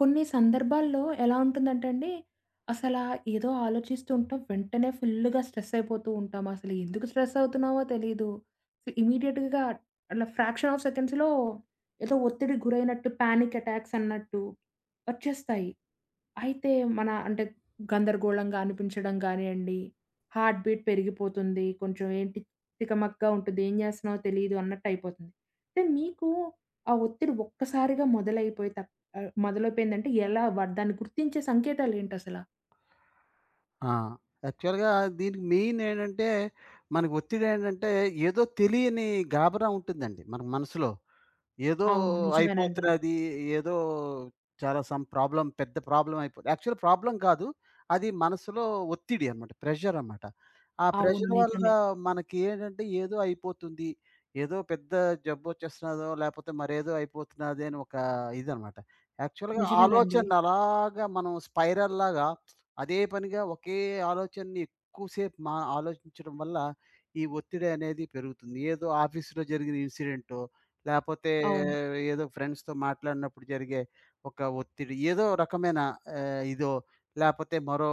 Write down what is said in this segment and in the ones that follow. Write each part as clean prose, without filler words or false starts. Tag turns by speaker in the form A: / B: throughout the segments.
A: కొన్ని సందర్భాల్లో ఎలా ఉంటుందంటే అండి, అసలా ఏదో ఆలోచిస్తూ ఉంటాం. వెంటనే ఫుల్లుగా స్ట్రెస్ అయిపోతూ ఉంటాం. అసలు ఎందుకు స్ట్రెస్ అవుతున్నామో తెలీదు. ఇమ్మీడియేట్‌గా అట్లా ఫ్రాక్షన్ ఆఫ్ సెకండ్స్‌లో ఏదో ఒత్తిడికి గురైనట్టు పానిక్ అటాక్స్ అన్నట్టు వచ్చేస్తాయి. అయితే మన అంటే గందరగోళంగా అనిపించడం గానియండి, హార్ట్ బీట్ పెరిగిపోతుంది. కొంచెం ఏంటి తికమకగా ఉంటుంది. ఏం చేస్తున్నామో తెలీదు అన్నట్టయిపోతుంది. అయితే మీకు ఆ ఒత్తిడి ఒక్కసారిగా మొదలైపోయి మొదలైపోయిందంటే ఎలా దాన్ని గుర్తించే సంకేతాలేంటసల?
B: ఆ! యాక్చువల్‌గా దీనికి మెయిన్ ఏంటంటే, మనకు ఒత్తిడి ఏంటంటే, ఏదో తెలియని గాబరా ఉంటుందండి మన మనసులో. ఏదో
A: అవును, నిజమేనండి.
B: అయిపోతున్నది. ఏదో చాలా సమ్ ప్రాబ్లమ్ పెద్ద ప్రాబ్లమ్ అయిపోతది. యాక్చువల్ ప్రాబ్లమ్ కాదు. అది మనసులో ఒత్తిడి అన్నమాట. ప్రెషర్ అన్నమాట. ఆ
A: అవును,
B: ప్రెషర్ వల్ల
A: నిజమే.
B: మనకి ఏంటంటే ఏదో అయిపోతుంది. ఏదో పెద్ద జబ్బొచ్చేస్తున్నదో, లేపోతే మరేదో అయిపోతున్నది అని ఒక ఇదన్నమాట. యాక్చువల్‌గా
A: నిజమేనండి.
B: ఆలోచన అలాగా మనం స్పైరల్ లాగా అదే పనిగా ఒకే ఆలోచనని ఎక్కువసేపు ఆలోచించడం వల్ల ఈ ఒత్తిడి అనేది పెరుగుతుంది. ఏదో ఆఫీస్‌లో జరిగిన ఇన్సిడెంటో లేపోతే
A: అవును.
B: ఏదో ఫ్రెండ్స్‌తో మాట్లాడినప్పుడు జరిగే ఒక ఒత్తిడి, ఏదో రకమైన ఇదో లేపోతే మరో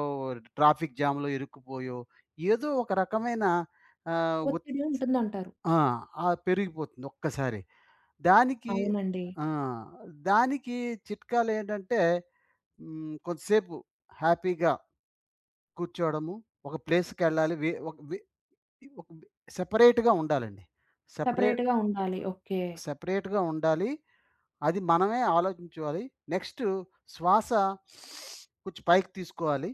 B: ట్రాఫిక్ జామ్‌లో ఇరుక్కుపోయో, ఏదో ఒక రకమైన ఆహ్, ఒత్
A: ఒత్తిడి ఉంటుందంటారు.
B: ఆ! ఆ! పెరిగిపోతుంది ఒక్కసారి. దానికి
A: అవునండి.
B: ఆ! దానికి చిట్కాలేంటంటే కొంతసేపు హ్యాపీగా కూర్చోవడము, ఒక ప్లేస్‌కెళ్ళాలి. వె ఒక వె ఒక సెపరేట్‌గా ఉండాలండి. సెపరేట్
A: సెపరేట్‌గా ఉండాలి, ఓకే.
B: సెపరేట్‌గా ఉండాలి. అది మనమే ఆలోచించుకోవాలి. నెక్స్టు శ్వాస కొంచెం పైకి తీసుకోవాలి.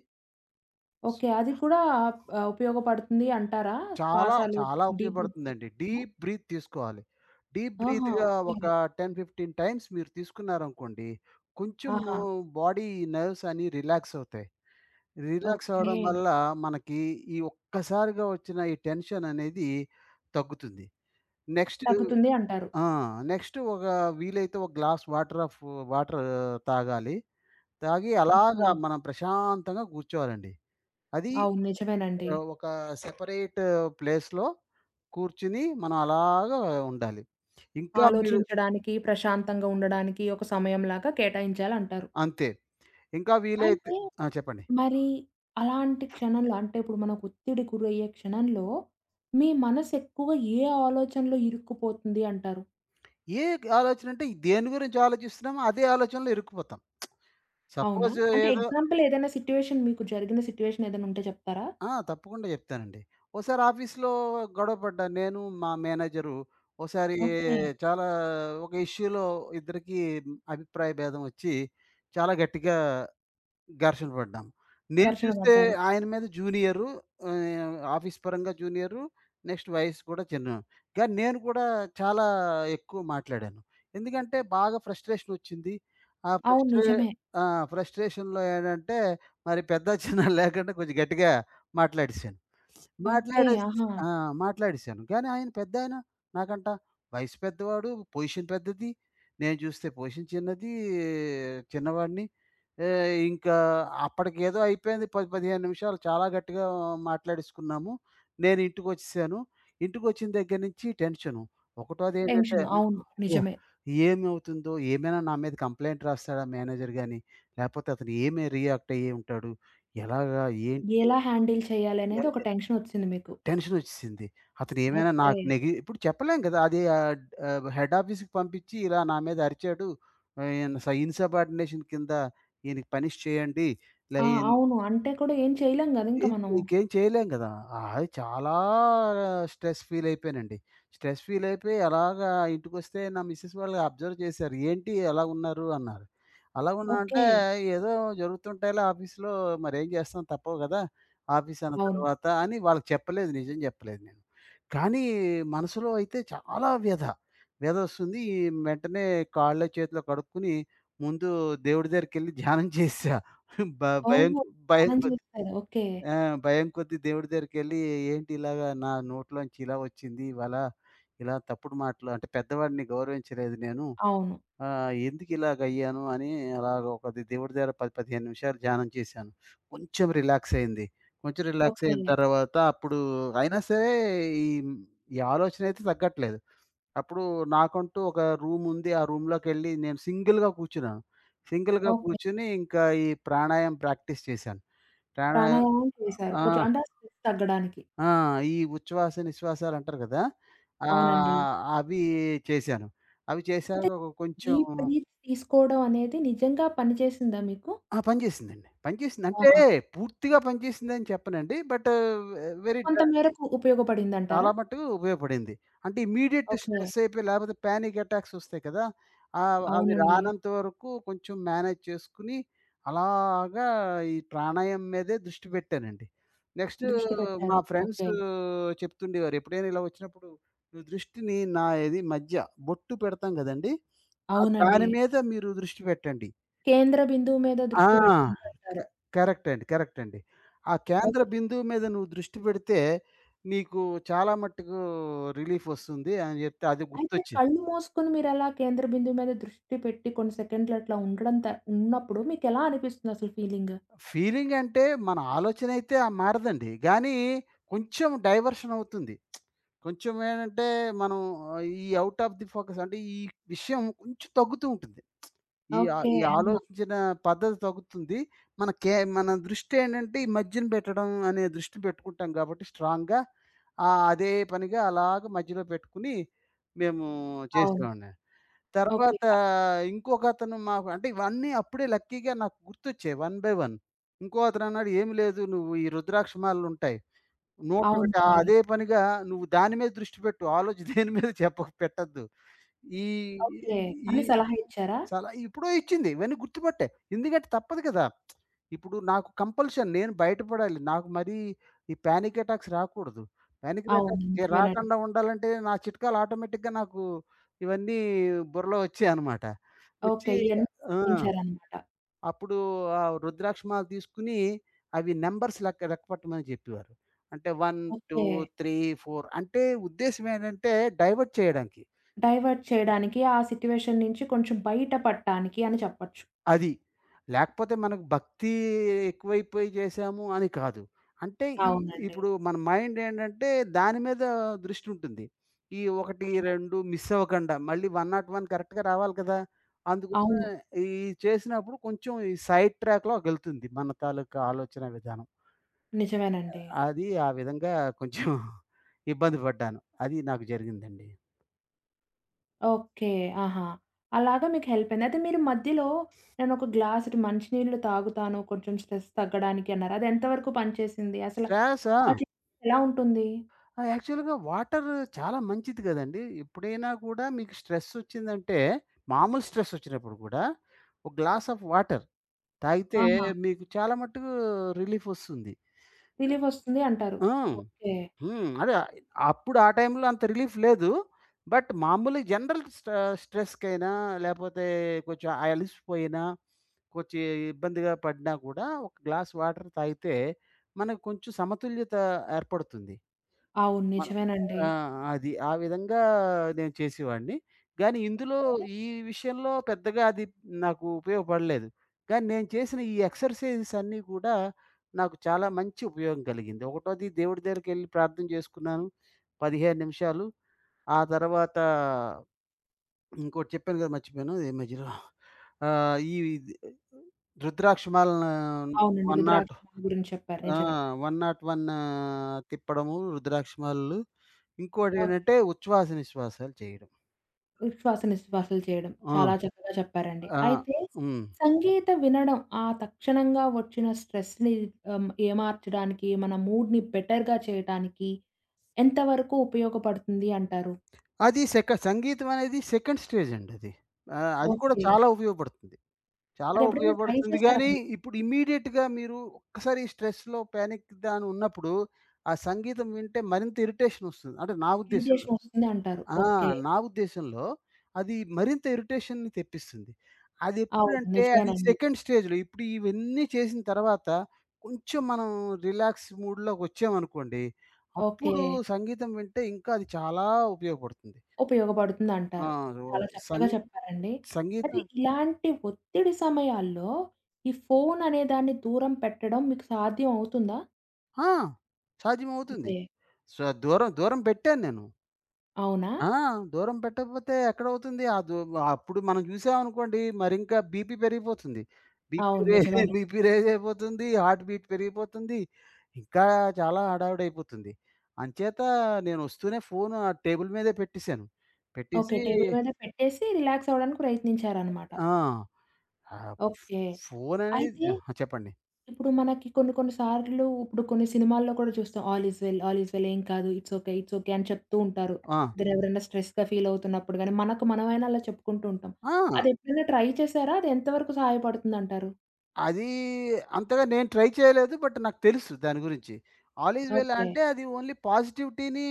B: స్
A: ఓకే, అది కూడా ఉపయోగపడుతుంది అంటారా?
B: చాలా,
A: శ్వాసలు
B: చాలా
A: డీప్ బ్రీతింగ్.
B: ఉపయోగపడుతుందండి. డీప్ బ్రీత్ తీసుకోవాలి. డీప్
A: ఆహా,
B: బ్రీత్‌గా
A: ఓకే.
B: ఒక 10, 15 టైమ్స్ మీరు తీసుకున్నారనుకోండి, కొంచెము
A: ఆహా,
B: బాడీ నర్వ్స్ అన్నీ రిలాక్స్ అవుతాయి. Relax
A: okay.
B: అవ్వడం వల్ల మనకి ఈ ఒక్కసారిగా వచ్చిన ఈ టెన్షన్ అనేది తగ్గుతుంది. నెక్స్టు
A: తగ్గుతుంది అంటారు.
B: ఆ! నెక్స్ట్ ఒక వీలైతే ఒక గ్లాస్ వాటర్ వాటర్ తాగాలి. తాగి
A: ఓకే.
B: అలాగా మనం ప్రశాంతంగా కూర్చోవాలండి. అది
A: అవును, నిజమేనండి.
B: ఒక సెపరేట్ ప్లేస్‌లో కూర్చొని మనం అలాగా ఉండాలి. ఇంకా మీరు
A: ఆలోచించడానికి, ప్రశాంతంగా ఉండడానికి ఒక సమయంలాగా కేటాయించాలంటారు.
B: అంతే. ఇంకా వీలైతే
A: అయితే
B: ఆ! చెప్పండి.
A: మరి అలాంటి క్షణంలో అంటే ఇప్పుడు మనకు ఒత్తిడి గురయ్యే క్షణంలో మీ మనసు ఎక్కువగా ఏ ఆలోచనలో ఇరుక్కుపోతుంది అంటారు?
B: ఏ ఆలోచన అంటే దేని గురించి ఆలోచిస్తున్నామో అదే ఆలోచనలో ఇరుక్కుపోతాం.
A: అవునా?
B: సపోజ్
A: అంటే
B: ఏదో
A: ఎగ్జాంపుల్ ఏదైనా సిట్యుయేషన్ మీకు జరిగిన సిట్యుయేషన్ ఏదైనా ఉంటే చెప్తారా?
B: ఆ! తప్పకుండా చెప్తానండి. ఓసారి ఆఫీస్‌లో గొడవ పడ్డా నేను, మా మేనేజరు ఓసారి
A: ఓకే.
B: చాలా ఒక ఇష్యూలో ఇద్దరికీ అభిప్రాయ భేదం వచ్చి చాలా గట్టిగా ఘర్షణ పడ్డాం. నేను
A: ఘర్షణ
B: చూస్తే
A: పడ్డారు.
B: ఆయన మీద జూనియరు ఆఫీస్ పరంగా జూనియరు, నెక్స్ట్ వయస్సు కూడా చిన్నోడు. కానీ నేను కూడా చాలా ఎక్కువ మాట్లాడాను. ఎందుకంటే బాగా ఫ్రస్ట్రేషనొచ్చింది. ఆ
A: అవును,
B: ఫ్రస్ట్రే
A: నిజమే.
B: ఆ! ఫ్రస్ట్రేషన్‌లో ఏంటంటే మరి పెద్ద, చిన్న లేకుండా కొంచెం గట్టిగా మాట్లాడేసాను.
A: ఓకే.
B: మాట్లాడేస్
A: ఆహా.
B: ఆ! మాట్లాడేసాను. కానీ ఆయన పెద్దాయన. నాకంట వయసు పెద్దవాడు, పొజిషన్ పెద్దది. నేను చూస్తే పొజిషన్ చిన్నది, చిన్నవాడిని. ఇంకా అప్పటికేదో అయిపోయింది 10, 15 నిమిషాలు చాలా గట్టిగా మాట్లాడేసుకున్నాము. నేను ఇంటికొచ్చేసాను. ఇంటికొచ్చిన దగ్గర నుంచి టెన్షను. ఒకటోదేంటంటే
A: టెన్షన్. అవును,
B: యాహ్!
A: నిజమే.
B: ఏమవుతుందో? ఏమైనా నా మీద కంప్లెయింట్ రాస్తాడా మేనేజర్ గాని? లేపోతే అతను ఏమి రియాక్ట్ అయ్యి ఉంటాడు? ఎలాగా? ఏంటి?
A: ఎలా హ్యాండిల్
B: ఎ
A: చేయాలనేది ఒక టెన్షన్ ఒచ్చింది మీకు.
B: టెన్షనొచ్చేసింది. అతనేమైనా
A: ఓకే.
B: నాకు ఇప్పుడు చెప్పలేం కదా! అది ఆహ్, ఆహ్, హెడ్ ఆఫీస్‌కి పంపించి ఇలా నా మీద అరిచాడు. ఆహ్, ఇన్ స ఇన్‌సబార్డినేషన్ కింద ఈయనకి పనిష్ చేయండి. ఇలా
A: ఆ,
B: ఈన్
A: అవును. అంటే కూడా ఏం చేయలేం గదా ఇంక
B: ఇ
A: మనము.
B: ఇంకేం చేయలేం గదా! అది చాలా స్ట్రెస్ ఫీల్ అయిపోయానండి. స్ట్రెస్ ఫీల్ అయిపోయి అలాగా ఇంటికొస్తే నా మిసెస్ వాళ్ళు అబ్జర్వ్ చేశారు. ఏంటి ఎలా ఉన్నారు? అన్నారు. అలా ఉన్నా అంటే
A: ఓకే.
B: ఏదో జరుగుతుంటాయిలే ఆఫీస్‌లో మరేం చేస్తాం తప్పవు గదా! ఆఫీస్ అన్న
A: అవును.
B: తర్వాత అని వాళ్ళకి చెప్పలేదు. నిజం చెప్పలేదు నేను. కానీ మనసులో అయితే చాలా వ్యధ. వ్యధొస్తుంది. వెంటనే కాళ్ళో, చేతిలో కడుక్కొని ముందు దేవుడి దగ్గరికెళ్ళి ధ్యానం చేశా. భ భయం
A: ఓహో.
B: భయం
A: స్నానం
B: కొ
A: చేస్తారు, ఓకే.
B: ఆ! భయం కొద్దీ దేవుడి దగ్గరికెళ్ళి ఏంటి ఇలాగా నా నోట్లోంచి ఇలా వచ్చింది ఇవాళ, ఇలా తప్పుడు మాటలు అంటే పెద్దవాడిని గౌరవించలేదు నేను.
A: అవును.
B: ఎందుకు ఇలాగయ్యాను అని అలాగ ఒక దేవుడి దగ్గర 10, 15 నిమిషాలు ధ్యానం చేశాను. కొంచెం రిలాక్స్ అయింది. కొంచెం రిలాక్స్
A: ఓకే.
B: అయిన తర్వాత అప్పుడు అయినా సరే ఈ ఈ ఆలోచన అయితే తగ్గట్లేదు. అప్పుడు నాకంటూ ఒక రూమ్ ఉంది. ఆ రూమ్‌లోకెళ్ళి నేను సింగిల్‌గా కూర్చున్నాను. సింగిల్‌గా
A: ఓకే.
B: కూర్చొని ఇంకా ఈ ప్రాణాయామం ప్రాక్టీస్ చేశాను. ప్రాణా
A: ప్రాణాయామం చేశారు,
B: ఆ!
A: కొంచెం అంటే ఆ స్ట్రెస్ తగ్గడానికి.
B: ఆ! ఈ ఉచ్ఛ్వాస, నిశ్వాసాలంటారు గదా! అవునవును.
A: అవునండి.
B: అవి చేశాను. అవి చేశాక
A: అయితే
B: ఒక కొంచెం
A: డీప్ బ్రీత్ తీసుకోవడం అనేది నిజంగా పనిచేసిందా మీకు?
B: ఆ! పనిచేసిందండి. పనిచేసింది. అంటే
A: ఆహా.
B: పూర్తిగా పనిచేసిందని చెప్పనండి. బట్ వెరీ డ్ర
A: కొంత మేరకు
B: చాలా
A: ఉపయోగపడిందంటారా?
B: మట్టుకు ఉపయోగపడింది. అంటే ఇమ్మీడియేట్
A: ఓకే.
B: స్ట్రెస్ అయిపోయి లేపోతే పానిక్ అటాక్స్ ఒస్తాయి కదా! అవును. అవి
A: అవునండి.
B: రానంత వరకు కొంచెం మేనేజ్ చేసుకొని, అలాగా ఈ ప్రాణాయామం మీదే దృష్టి పెట్టానండి. నెక్స్ట్
A: దృష్టి
B: మా
A: పెట్టారు.
B: Friends
A: okay.
B: చెప్తుండేవారు, ఎప్పుడైనా ఇలా వచ్చినప్పుడు "నువ్వు దృష్టిని నా ఇది మధ్య బొట్టు పెడతాం గదండీ! ఆ
A: అవునండి.
B: దాని మీద మీరు దృష్టి పెట్టండి."
A: కేంద్ర బిందువు మీద
B: ఆ!
A: దృష్టి పెట్టండి
B: క
A: అంటారు.
B: కరెక్ట్ అండి. కరెక్ట్ అండి. ఆ కేంద్ర
A: ఓకే.
B: బిందువు మీద నువ్వు దృష్టి పెడితే, నీకు చాలా మట్టుకు రిలీఫ్ వస్తుంది అని చెప్తే అది
A: అయితే
B: గుర్తొచ్చింది.
A: కళ్ళు మూసుకొని మీరలా కేంద్ర బిందువు మీద దృష్టి పెట్టి కొన్ని సెకండ్‌లు అట్లా ఉండడం ఉన్నప్పుడు మీకెలా అనిపిస్తుంది అసలు ఫీలింగ్?
B: ఫీలింగ్ అంటే మన ఆలోచన అయితే ఆ మారదండి. గానీ కొంచెం డైవర్షన్ అవుతుంది. కొంచెం ఏంటంటే మనం ఈ ఔట్ ఆఫ్ ది ఫోకస్ అంటే ఈ విషయం కొంచెం తగ్గుతూ ఉంటుంది.
A: ఓకే.
B: ఈ ఆలోచించిన పద్ధతి తగ్గుతుంది. మన దృష్టేంటంటే ఈ మధ్యన పెట్టడం అనే దృష్టి పెట్టుకుంటాం కాబట్టి స్ట్రాంగ్‌గా అదే పనిగా అలాగ మధ్యలో పెట్టుకుని మేము
A: అవును.
B: చేసేవాడిని.
A: ఓకే.
B: తర్వాత ఇంకొకతను మాకు అంటే ఇవన్నీ అప్పుడే లక్కీగా నాకు గుర్తొచ్చాయి వన్ బై వన్. ఇంకో అతనన్నాడు, "ఏమి లేదు నువ్వు ఈ రుద్రాక్ష మాలలుంటాయి. 101
A: అవునండి.
B: అదే పనిగా నువ్వు దాని మీద దృష్టి పెట్టు. ఆలోచన దేని మీద చెప్పకు పెట్టొద్దు." ఈ
A: ఓకే.
B: ఈ
A: అని సలహా ఇచ్చారా?
B: చాలా ఇప్పుడో ఇచ్చింది. ఇవన్నీ గుర్తుపట్టే. ఎందుకంటే తప్పదు కదా! ఇప్పుడు నాకు కంపల్షన్ నేను బయటపడాలి. నాకు మరీ ఈ పానిక్ అటాక్స్ రాకూడదు. పానిక్
A: అవును,
B: అటాక్స్
A: నిజమేనండి.
B: రాకుండా ఉండాలంటే నా చిట్కాలు ఆటోమేటిక్‌గా నాకు ఇవన్నీ బుర్రలో వచ్చాయనమాట.
A: ఓకే.
B: వచ్చి
A: ఇయన్నీ
B: ఆ!
A: పాటించారనమాట.
B: అప్పుడు ఆ రుద్రాక్ష మాల తీసుకొని అవి నంబర్స్ లెక్కపట్టమని చెప్పేవారు. అంటే 1, 2,
A: ఓకే.
B: 3, 4 అంటే ఉద్దేశ్యం ఏంటంటే డైవర్ట్ చేయడానికి.
A: డైవర్ట్ చేయడానికి ఆ సిట్యుయేషన్ నుంచి కొంచెం బయట పడటానికి అని చెప్పొచ్చు.
B: అది. లేకపోతే మనకు భక్తి ఎక్కువైపోయి చేశాము అని కాదు. అంటే ఈ
A: అవునండి.
B: ఇప్పుడు మన మైండ్ ఏంటంటే దాని మీద దృష్టి ఉంటుంది. ఈ 1,
A: నిజమే.
B: 2 మిస్ అవ్వకుండా మళ్ళీ 101 కరెక్ట్‌గా రావాలి కదా! అందుకోసం
A: అవును,
B: ఈ చేసినప్పుడు కొంచెం ఈ సైడ్ ట్రాక్‌లోకెళ్తుంది మన తాలూకా ఆలోచన విధానం.
A: నిజమేనండి.
B: అది ఆ విధంగా కొంచెం ఇబ్బంది పడ్డాను. అది నాకు జరిగిందండి.
A: ఓకే. ఆహా, అలాగా మీకు హెల్ప్ అయింది. అయితే మీరు మధ్యలో నేనొక గ్లాసుడు మంచినీళ్ళు తాగుతాను కొంచెం స్ట్రెస్ తగ్గడానికి అన్నారు. అది ఎంత వరకు పనిచేసింది?
B: స్ట్రెసా
A: అలా చేస్తే ఎలా ఉంటుంది?
B: ఆ! యాక్చువల్‌గా వాటర్ చాలా మంచిది గదండీ! ఎప్పుడైనా గూడా మీకు స్ట్రెస్ ఒచ్చిందంటే, మామూలు స్ట్రెస్ ఒచ్చినప్పుడు గూడా, ఒక గ్లాస్ ఆఫ్ వాటర్ తాగితే
A: ఆహా.
B: మీకు చాలా మట్టుకు రిలీఫ్ ఒస్తుంది.
A: రిలీఫొస్తుంది అంటారు.
B: హ్మ్.
A: ఓకే.
B: హ్మ్. అదే అప్పుడు ఆ టైంలో అంత రిలీఫ్ లేదు. బట్ మామూలు జనరల్ స్ట్రెస్‌కైనా లేపోతే కొంచెం ఆ అలిసిపోయినా, కొంచెం ఇబ్బందిగా పడినా గూడా ఒక గ్లాస్ వాటర్ తాగితే మనకు కొంచెం సమతుల్యత ఏర్పడుతుంది.
A: అవును,
B: మన
A: నిజమేనండి.
B: ఆ! అది. ఆ విధంగా నేను చేసేవాడిని. గానీ ఇందులో
A: ఓకే.
B: ఈ విషయంలో పెద్దగా అది నాకు ఉపయోగపడలేదు. కానీ నేను చేసిన ఈ ఎక్సర్‌సైజెస్ అన్నీ కూడా నాకు చాలా మంచి ఉపయోగం కలిగింది. ఒకటోది దేవుడి దగ్గరికెళ్ళి ప్రార్థన చేసుకున్నాను. 15 నిమిషాలు. ఆ తర్వాత ఇంకోటి చెప్పాను కదా! మర్చిపోయాను. ఈ మధ్యలో ఈ రుద్రాక్షమాలను
A: అవునండి.
B: వన్ నాట్
A: రుద్రాక్ష గురించి చెప్పారు,
B: ఆ!
A: నిజమే.
B: 101 తిప్పడము, రుద్రాక్షమాలలు.
A: ఓకే.
B: ఇంకోటేంటంటే ఉచ్ఛ్వాస, నిశ్వాసాలు చేయడం.
A: ఉచ్ఛ్వాస, నిశ్వాసాలు చేయడం.
B: ఆ!
A: చాలా చక్కగా చెప్పారండి.
B: ఆ!
A: అయితే
B: హ్మ్.
A: సంగీత వినడం ఆ తక్షణంగా వచ్చిన స్ట్రెస్‌ని ఏ మార్చడానికి, మన మూడ్‌ని బెటర్‌గా చేయటానికి ఎంతవరకు ఉపయోగపడుతుంది అంటారు?
B: అది సంగీతం అనేది సెకండ్ స్టేజ్ అండి అది. అది కూడా
A: ఓకే.
B: చాలా ఉపయోగపడుతుంది. చాలా
A: అదెప్పుడైనా ట్రై
B: ఉపయోగపడుతుంది
A: చేశారా
B: గానీ,
A: మీరు?
B: ఇప్పుడు ఇమ్మీడియేట్‌గా మీరు ఒక్కసారి స్ట్రెస్‌లో, పానిక్ దాని ఉన్నప్పుడు, ఆ సంగీతం వింటే మరింత ఇరిటేషన్ వస్తుంది. అంటే నా ఉద్దేశంలో.
A: ఇరిటేషన్ వస్తుంది అంటారు.
B: ఆ!
A: ఓకే.
B: నా ఉద్దేశంలో అది మరింత ఇరిటేషన్‌ని తెప్పిస్తుంది. అది
A: అవును,
B: ఎప్పుడంటే అది
A: నిజమేనండి.
B: సెకండ్ స్టేజ్‌లో ఇప్పుడు ఇవన్నీ చేసిన తర్వాత కొంచెం మనం రిలాక్స్ మూడ్‌లోకి వచ్చామనుకోండి,
A: ఓకే.
B: అప్పుడు సంగీతం వింటే ఇంకా అది చాలా ఉపయోగపడుతుంది. ఆ!
A: ఉపయోగపడుతుందంటారు.
B: రో
A: చాలా చక్కగా
B: సంగీ
A: చెప్పారండి. అయితే
B: సంగీతం
A: ఇలాంటి ఒత్తిడి సమయాల్లో ఈ ఫోను అనే దాన్ని దూరం పెట్టడం మీకు సాధ్యం అవుతుందా?
B: ఆ! సాధ్యమవుతుంది.
A: ఓకే.
B: సో, దూరం దూరం పెట్టాను నేను.
A: అవునా?
B: ఆ! దూరం పెట్టకపోతే ఎక్కడవుతుంది? ఆ దూ అప్పుడు మనం చూసామనుకోండి మరింకా బీపీ పెరిగిపోతుంది. బీపీ
A: అవును,
B: రే
A: నిజమేనండి.
B: బీపీ రేజ్ అయిపోతుంది. హార్ట్ బీట్ పెరిగిపోతుంది. ఇంకా చాలా హడావిడైపోతుంది. అంచేత నేనొస్తూనే ఫోను ఆ టేబుల్ మీదే పెట్టేసాను.
A: ఓకే.
B: పెట్టేసి
A: టేబుల్ మీద పెట్టేసి రిలాక్స్ అవ్వడానికి ప్రయత్నించారనమాట.
B: ఆ! ఆహ్,
A: ఓకే. అయితే
B: ఫోననేది ఆ! చెప్పండి.
A: ఇప్పుడు మనకి కొన్ని కొన్ని సార్లు ఇప్పుడు కొన్ని సినిమాల్లో కూడా చూస్తాం. All is well, all is well ఏం కాదు. ఇట్స్ ఓకే, ఇట్స్ ఓకే అని చెప్తూ ఉంటారు.
B: ఆ!
A: ఇద్దరు ఎవరైనా స్ట్రెస్‌గా ఫీల్ అవుతున్నప్పుడు గాని, మనకు మనమైనా అలా చెప్పుకుంటూ ఉంటాం.
B: ఆ!
A: అది ఎప్పుడైనా ట్రై చేసారా? అది ఎంత వరకు సహాయపడుతుందంటారు?
B: అది అంతగా నేను ట్రై చేయలేదు. బట్ నాకు తెలుసు దాని గురించి. All is well
A: okay.
B: అంటే అది ఓన్లీ పాజిటివిటీని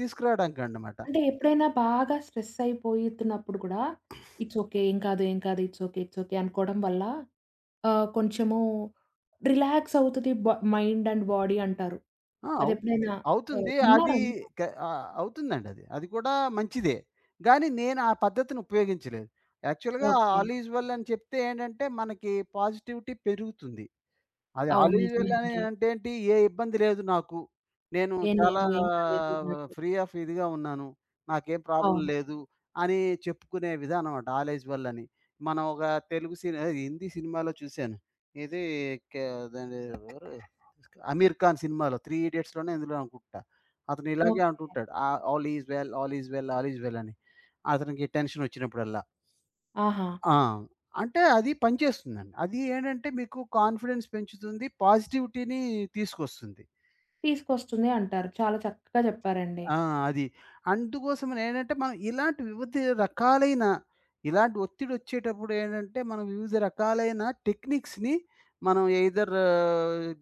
B: తీసుకురావడానికనమాట.
A: అంటే ఎప్పుడైనా బాగా స్ట్రెస్ అయిపోతున్నప్పుడు కూడా ఇట్స్ ఓకే. ఏం కాదు, ఏం కాదు. ఇట్స్ ఓకే, ఇట్స్ ఓకే అనుకోవడం వల్ల కొంచెము రిలాక్స్ అవుతది మైండ్ అండ్ బాడీ అంటారు.
B: ఆ! అవు
A: అదెప్పుడైనా
B: అవుతుంది. అది
A: విన్నారా మీరు?
B: క అవుతుందండి అది. అది కూడా మంచిదే. గానీ నేను ఆ పద్ధతిని ఉపయోగించలేదు. యాక్చువల్‌గా
A: ఓకే.
B: ఆల్ ఈజ్ వెల్ అని చెప్తే ఏంటంటే మనకి పాజిటివిటీ పెరుగుతుంది. అది
A: అవును,
B: ఆలివ్ వెల్ అని
A: నిజమేనండి.
B: అంటే ఏంటి? ఏ ఇబ్బంది లేదు నాకు. నేను
A: ఏం
B: చాలా
A: లేదు, ఏం కాలేదు అన్నట్టు.
B: ఫ్రీ ఆఫ్ ఇదిగా ఉన్నాను. నాకేం ప్రాబ్లమ్
A: అవును.
B: లేదు అని చెప్పుకునే విధానం అట ఆల్ ఈజ్ వెల్ అని. మనం ఒక హిందీ సినిమాలో చూసాను. ఇది కే దాని ఎవరు? 'అమీర్ ఖాన్' సినిమాలో 'త్రీ ఇడియట్స్‌లోనో ఎందులో అనుకుంటా. అతను ఇలాగే
A: ఓహ్.
B: అంటుంటాడు. All is well, all is well, all is well అని. అతనికి టెన్షన్ వచ్చినప్పుడల్లా.
A: ఆహా.
B: ఆ! అంటే అది పనిచేస్తుందండి. అది ఏంటంటే మీకు కాన్ఫిడెన్స్ పెంచుతుంది. పాజిటివిటీని తీసుకొస్తుంది.
A: తీసుకొస్తుంది అంటారు. చాలా చక్కగా చెప్పారండి.
B: ఆ! అది. అందుకోసమని ఏంటంటే మనం ఇలాంటి వివిధ రకాలైన ఇలాంటి ఒత్తిడొచ్చేటప్పుడు ఏంటంటే మనం వివిధ రకాలైన టెక్నిక్స్‌ని మనం ఎయిదర్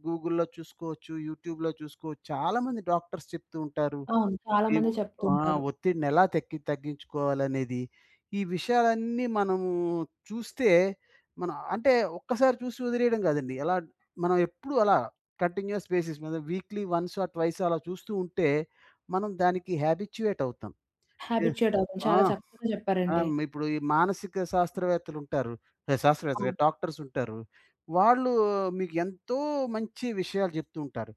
B: గూగుల్‌లో చూసుకోవచ్చు, యూట్యూబ్‌లో చూసుకోవచ్చు. చాలామంది డాక్టర్స్ చెప్తూ ఉంటారు.
A: అవును, చాలా
B: ఈ
A: మంది
B: ఆ!
A: చెప్తుంటారు.
B: ఒత్తిడినెలా తగ్గించుకోవాలనేది, ఈ విషయాలన్నీ మనము చూస్తే, మనం అంటే ఒక్కసారి చూసి వదిలేయడం కాదండి. ఎలా మనం ఎప్పుడూ అలా కంటిన్యూయస్ బేసిస్ మీద వీక్లీ వన్స్ ఆర్ ట్వైస్ అలా చూస్తూ ఉంటే, మనం దానికి హ్యాబిచ్యుయేట్ అవుతాం. ఎ
A: హ్యాబిచ్యుయేట్ అవ్వం.
B: ఆ!
A: చాలా చక్కగా
B: ఆ!
A: చెప్పారండి.
B: ఇప్పుడు ఈ మానసిక శాస్త్రవేత్తలుంటారు. ఆహ్, శాస్త్రవేత్తలు
A: అవును,
B: కాదు డాక్టర్స్ ఉంటారు. వాళ్ళు మీకు ఎంతో మంచి విషయాలు చెప్తూ ఉంటారు.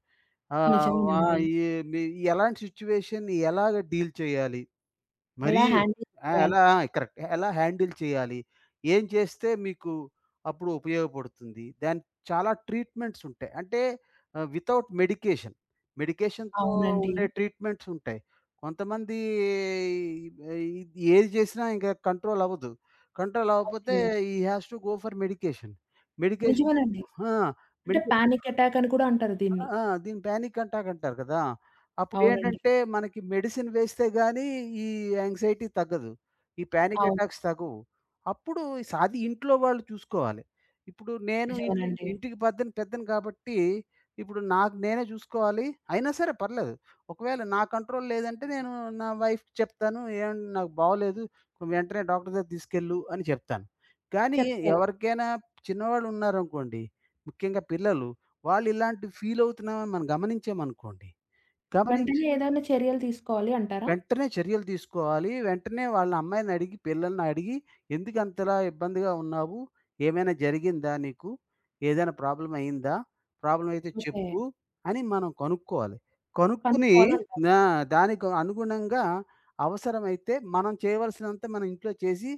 B: ఆహ్, అవును. వ
A: నిజమేనండి.
B: ఈ మీ ఎలాంటి సిట్యుయేషన్‌ని ఎలాగ డీల్ చేయాలి? మరీ
A: ఎలా హ్యాండిల్
B: ఆ!
A: చేయాలి?
B: ఎలా కరెక్ట్. ఎలా హ్యాండిల్ చేయాలి? ఏం చేస్తే మీకు అప్పుడు ఉపయోగపడుతుంది? దానికి చాలా ట్రీట్మెంట్స్ ఉంటాయి. అంటే వితౌట్ మెడికేషన్. మెడికేషన్‌తో
A: అవునండి.
B: ఉండే ట్రీట్మెంట్స్ ఉంటాయి. కొంతమంది ఇది ఏది చేసినా ఇంకా కంట్రోల్ అవ్వదు. కంట్రోల్ అవ్వకపోతే
A: okay.
B: He has to go for medication. Medication
A: నిజమేనండి.
B: ఆ!
A: అంటే
B: మెడికేషన్
A: పానిక్ అటాక్ అని కూడా అంటారు దీన్ని.
B: ఆ! దీన్ని పానిక్ అటాక్ అంటారు కదా!
A: అవునండి.
B: అప్పుడేంటంటే మనకి మెడిసిన్ వేస్తే గాని ఈ యాంగ్జైటీ తగ్గదు. ఈ పానిక్
A: అవును,
B: అటాక్స్ తగ్గవు. అప్పుడు అది ఇంట్లో వాళ్ళు చూసుకోవాలి. ఇప్పుడు నేను ఇంటి
A: నిజమేనండి.
B: ఇంటికి పెద్దని పెద్దని కాబట్టి ఇప్పుడు నాకు నేనే చూసుకోవాలి. అయినా సరే పర్లేదు. ఒకవేళ నా కంట్రోల్ లేదంటే నేను నా వైఫ్‌కి చెప్తాను. "ఏవండీ నాకు బాగోలేదు. వెంటనే డాక్టర్ దగ్గరికి తీసుకెళ్ళు" అని చెప్తాను. కానీ
A: చెప్తారు.
B: ఎవరికైనా చిన్నవాళ్ళు ఉన్నారనుకోండి, ముఖ్యంగా పిల్లలు వాళ్ళు ఇలాంటివి ఫీల్ అవుతున్నామని మనం గమనించామనుకోండి, గమనించి
A: వెంటనే ఏదైనా చర్యలు తీసుకోవాలి అంటారా?
B: వెంటనే చర్యలు తీసుకోవాలి. వెంటనే వాళ్ళ అమ్మాయిని అడిగి, పిల్లల్ని అడిగి, "ఎందుకంతలా ఇబ్బందిగా ఉన్నావు? ఏమైనా జరిగిందా నీకు? ఏదైనా ప్రాబ్లమ్ అయిందా? ప్రాబ్లమ్ అయితే
A: ఓకే.
B: చెప్పు" అని మనం కనుక్కోవాలి. కనుక్కుని
A: కనుక్కోవాలంటారు.
B: ఆ! దానికి అనుగుణంగా అవసరమైతే మనం చేయవలసినంత మనం ఇంట్లో చేసి,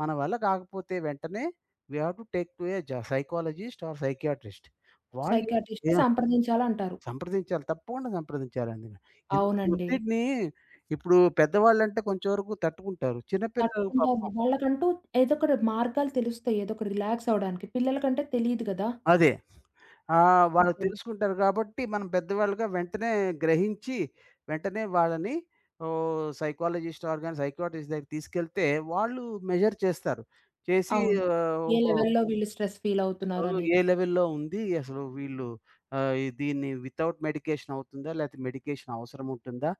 B: మన వల్ల కాకపోతే వెంటనే we have to take to a psychologist or psychiatrist. వాళ్ళు
A: సైకియాట్రిస్ట్‌ని సంప్రదించాలంటారు.
B: సంప్రదించాలి. తప్పకుండా సంప్రదించాలండి. ఇంత
A: అవునండి.
B: ఒత్తిడిని ఇప్పుడు పెద్దవాళ్ళంటే కొంచెం వరకు తట్టుకుంటారు. చిన్నపిల్లలు
A: తట్టుకుంటారు.
B: పాపం
A: వాళ్ళకంటూ ఏదో ఒకటి మార్గాలు తెలుస్తాయి. ఏదో ఒకటి రిలాక్స్ అవ్వడానికి. పిల్లలకంటే తెలీదు గదా!
B: అదే. వాళ్ళు
A: ఓకే.
B: తెలుసుకుంటారు కాబట్టి మనం పెద్దవాళ్ళుగా వెంటనే గ్రహించి, వెంటనే వాళ్ళని సైకాలజిస్ట్ ఆర్ గాని సైకియాట్రిస్ట్ దగ్గరికి తీసుకెళ్తే వాళ్ళు మెజర్ చేస్తారు. చేసి
A: అవును.
B: ఆహ్,
A: ఏ
B: ఓహో!
A: లెవెల్‌లో వీళ్ళు స్ట్రెస్ ఫీల్
B: ఓహ్!
A: అవుతున్నారనేది
B: ఏ లెవెల్‌లో ఉంది అసలు వీళ్ళు ఈ దీన్ని వితౌట్ మెడికేషన్ అవుతుందా? లేకపోతే మెడికేషన్ అవసరం ఉంటుందా?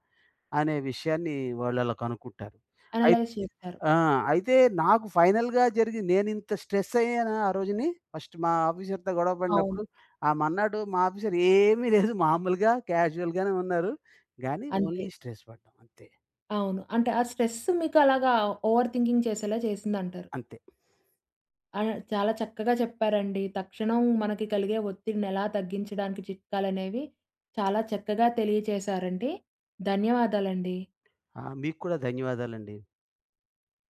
B: అనే విషయాన్ని వాళ్ళు అలా కనుక్కుంటారు. అయి
A: అనలైజ్ చేస్తారు.
B: ఆ! అయితే నాకు ఫైనల్‌గా జరిగి నేనింత స్ట్రెస్ అయ్యానా ఆ రోజుని? ఫస్ట్ మా ఆఫీసర్‌తో గొడవ పడినప్పుడు,
A: అవును.
B: ఆ మర్నాడు మా ఆఫీసర్ ఏమీ లేదు మామూలుగా క్యాజువల్‌గానే ఉన్నారు. గానీ
A: అంతే.
B: ఓన్లీ స్ట్రెస్ పడ్డాం అంతే.
A: అవును. అంటే ఆ స్ట్రెస్ మీకు అలాగా ఓవర్ థింకింగ్ చేసేలా చేసిందంటారు.
B: అంతే.
A: ఆ! చాలా చక్కగా చెప్పారండి. తక్షణం మనకి కలిగే ఒత్తిడిని ఎలా తగ్గించడానికి చిట్కాలనేవి చాలా చక్కగా తెలియచేశారండి. ధన్యవాదాలండి.
B: ఆ! మీకు కూడా ధన్యవాదాలండి.